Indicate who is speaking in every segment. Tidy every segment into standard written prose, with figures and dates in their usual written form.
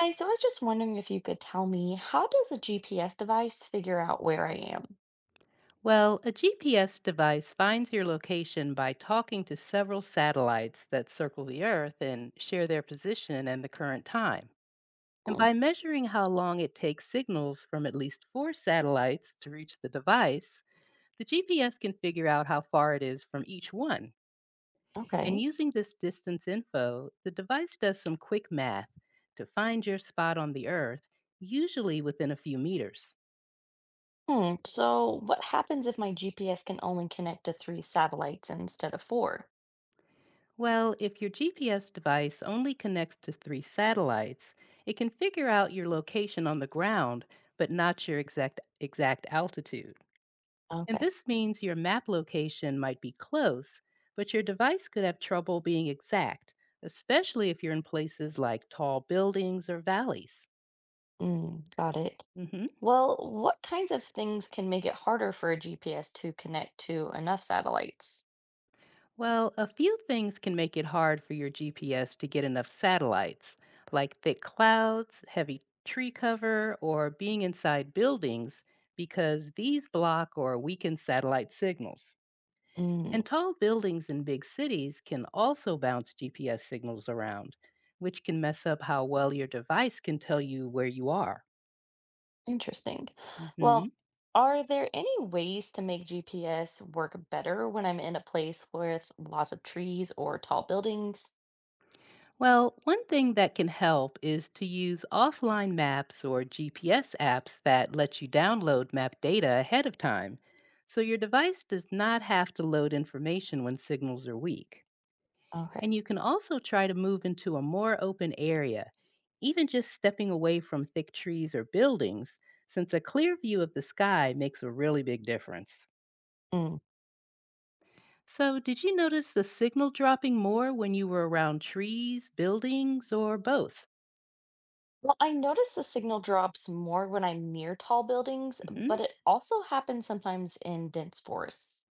Speaker 1: Hi, so I was just wondering if you could tell me how does a GPS device figure out where I am?
Speaker 2: Well, a GPS device finds your location by talking to several satellites that circle the Earth and share their position and the current time, and
Speaker 1: Hmm,
Speaker 2: by measuring how long it takes signals from at least four satellites to reach the device. The GPS can figure out how far it is from each one. And
Speaker 1: okay.
Speaker 2: using this distance info, the device does some quick math to find your spot on the Earth, usually within a few meters.
Speaker 1: Hmm, so what happens if my GPS can only connect to three satellites instead of four?
Speaker 2: Well, if your GPS device only connects to three satellites, it can figure out your location on the ground, but not your exact altitude. And
Speaker 1: Okay.
Speaker 2: this means your map location might be close, but your device could have trouble being exact, especially if you're in places like tall buildings or valleys.
Speaker 1: Mm, got it.
Speaker 2: Mhm.
Speaker 1: Well, what kinds of things can make it harder for a GPS to connect to enough satellites?
Speaker 2: Well, a few things can make it hard for your GPS to get enough satellites, like thick clouds, heavy tree cover, or being inside buildings, because these block or weaken satellite signals.
Speaker 1: Mm,
Speaker 2: And tall buildings in big cities can also bounce GPS signals around, which can mess up how well your device can tell you where you are.
Speaker 1: interesting.
Speaker 2: Mm-hmm.
Speaker 1: Well, are there any ways to make GPS work better when I'm in a place with lots of trees or tall buildings?
Speaker 2: Well, one thing that can help is to use offline maps or GPS apps that let you download map data ahead of time. So your device does not have to load information when signals are weak.
Speaker 1: Okay.
Speaker 2: And you can also try to move into a more open area, even just stepping away from thick trees or buildings, since a clear view of the sky makes a really big difference.
Speaker 1: Mm.
Speaker 2: So, did you notice the signal dropping more when you were around trees, buildings, or both?
Speaker 1: Well, I notice the signal drops more when I'm near tall buildings, but
Speaker 2: Hmm.
Speaker 1: it also happens sometimes in dense forests.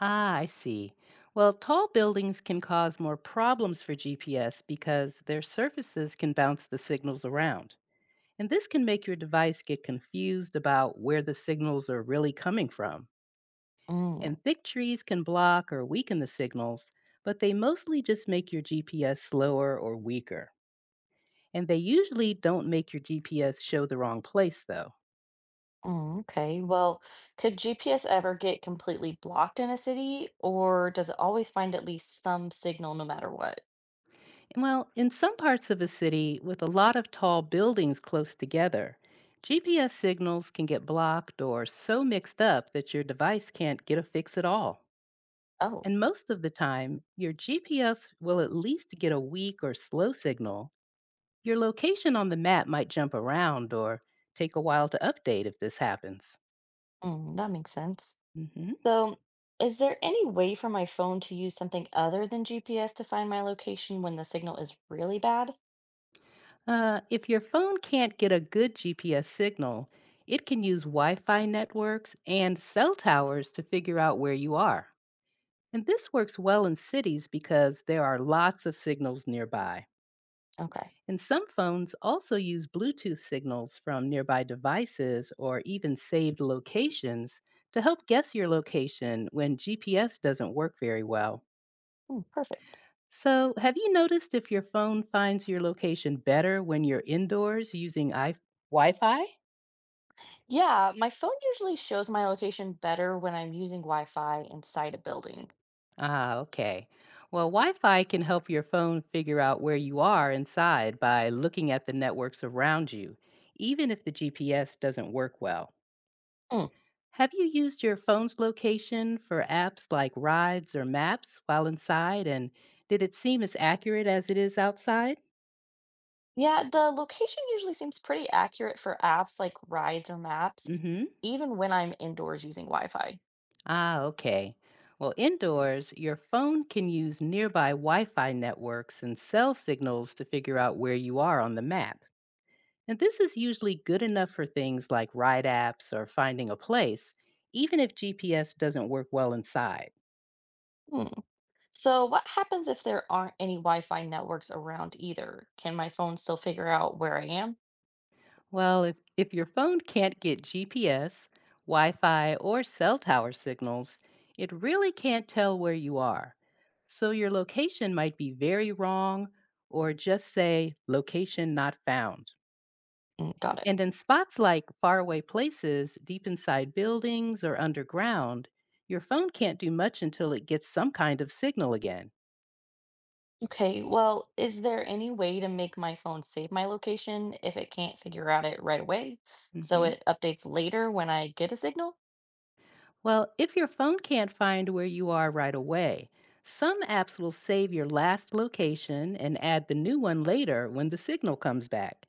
Speaker 2: Ah, I see. Well, tall buildings can cause more problems for GPS because their surfaces can bounce the signals around. And this can make your device get confused about where the signals are really coming from.
Speaker 1: Mm.
Speaker 2: And thick trees can block or weaken the signals, but they mostly just make your GPS slower or weaker. And they usually don't make your GPS show the wrong place, though.
Speaker 1: Mm, okay. Well, could GPS ever get completely blocked in a city, or does it always find at least some signal no matter what?
Speaker 2: Well, in some parts of a city with a lot of tall buildings close together, GPS signals can get blocked or so mixed up that your device can't get a fix at all.
Speaker 1: Oh,
Speaker 2: And most of the time, your GPS will at least get a weak or slow signal. Your location on the map might jump around or take a while to update if this happens.
Speaker 1: mm, that makes sense.
Speaker 2: Hmm.
Speaker 1: So, is there any way for my phone to use something other than GPS to find my location when the signal is really bad?
Speaker 2: If your phone can't get a good GPS signal, it can use Wi Fi networks and cell towers to figure out where you are. And this works well in cities because there are lots of signals nearby.
Speaker 1: Okay.
Speaker 2: And some phones also use Bluetooth signals from nearby devices or even saved locations to help guess your location when GPS doesn't work very well.
Speaker 1: Mm, perfect.
Speaker 2: So, have you noticed if your phone finds your location better when you're indoors using Wi Fi?
Speaker 1: Yeah, my phone usually shows my location better when I'm using Wi-Fi inside a building.
Speaker 2: Ah, okay. Well, Wi Fi can help your phone figure out where you are inside by looking at the networks around you, even if the GPS doesn't work well.
Speaker 1: Mm.
Speaker 2: Have you used your phone's location for apps like rides or maps while inside? And did it seem as accurate as it is outside?
Speaker 1: Yeah, the location usually seems pretty accurate for apps like rides or maps,
Speaker 2: Mm hmm.
Speaker 1: even when I'm indoors using Wi-Fi.
Speaker 2: Ah, okay. Well, indoors, your phone can use nearby Wi Fi networks and cell signals to figure out where you are on the map. And this is usually good enough for things like ride apps or finding a place, even if GPS doesn't work well inside.
Speaker 1: Hmm. So, what happens if there aren't any Wi-Fi networks around either? Can my phone still figure out where I am?
Speaker 2: Well, if your phone can't get GPS, Wi Fi, or cell tower signals, it really can't tell where you are. So your location might be very wrong or just say location not found.
Speaker 1: Mm, got it.
Speaker 2: And in spots like faraway places, deep inside buildings, or underground, your phone can't do much until it gets some kind of signal again.
Speaker 1: Okay, well, is there any way to make my phone save my location if it can't figure out it right away, so
Speaker 2: Hmm.
Speaker 1: it updates later when I get a signal?
Speaker 2: Well, if your phone can't find where you are right away, some apps will save your last location and add the new one later when the signal comes back.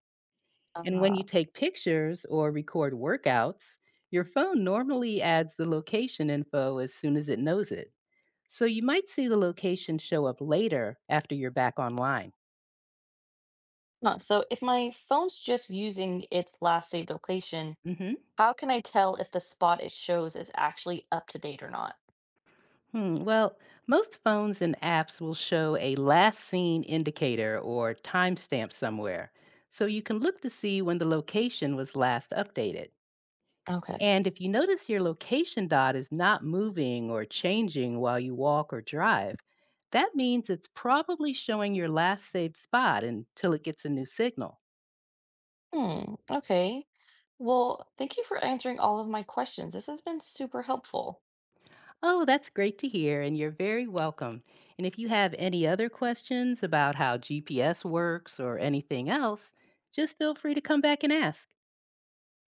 Speaker 2: And when you take pictures or record workouts, your phone normally adds the location info as soon as it knows it. So you might see the location show up later after you're back online.
Speaker 1: Huh, so if my phone's just using its last saved location,
Speaker 2: Mhm.
Speaker 1: how can I tell if the spot it shows is actually up to date or not?
Speaker 2: Hmm. Well, most phones and apps will show a last seen indicator or timestamp somewhere, so you can look to see when the location was last updated.
Speaker 1: Okay.
Speaker 2: And if you notice your location dot is not moving or changing while you walk or drive, that means it's probably showing your last saved spot until it gets a new signal.
Speaker 1: Hmm, okay. Well, thank you for answering all of my questions. This has been super helpful.
Speaker 2: Oh, that's great to hear, and you're very welcome. And if you have any other questions about how GPS works or anything else, just feel free to come back and ask.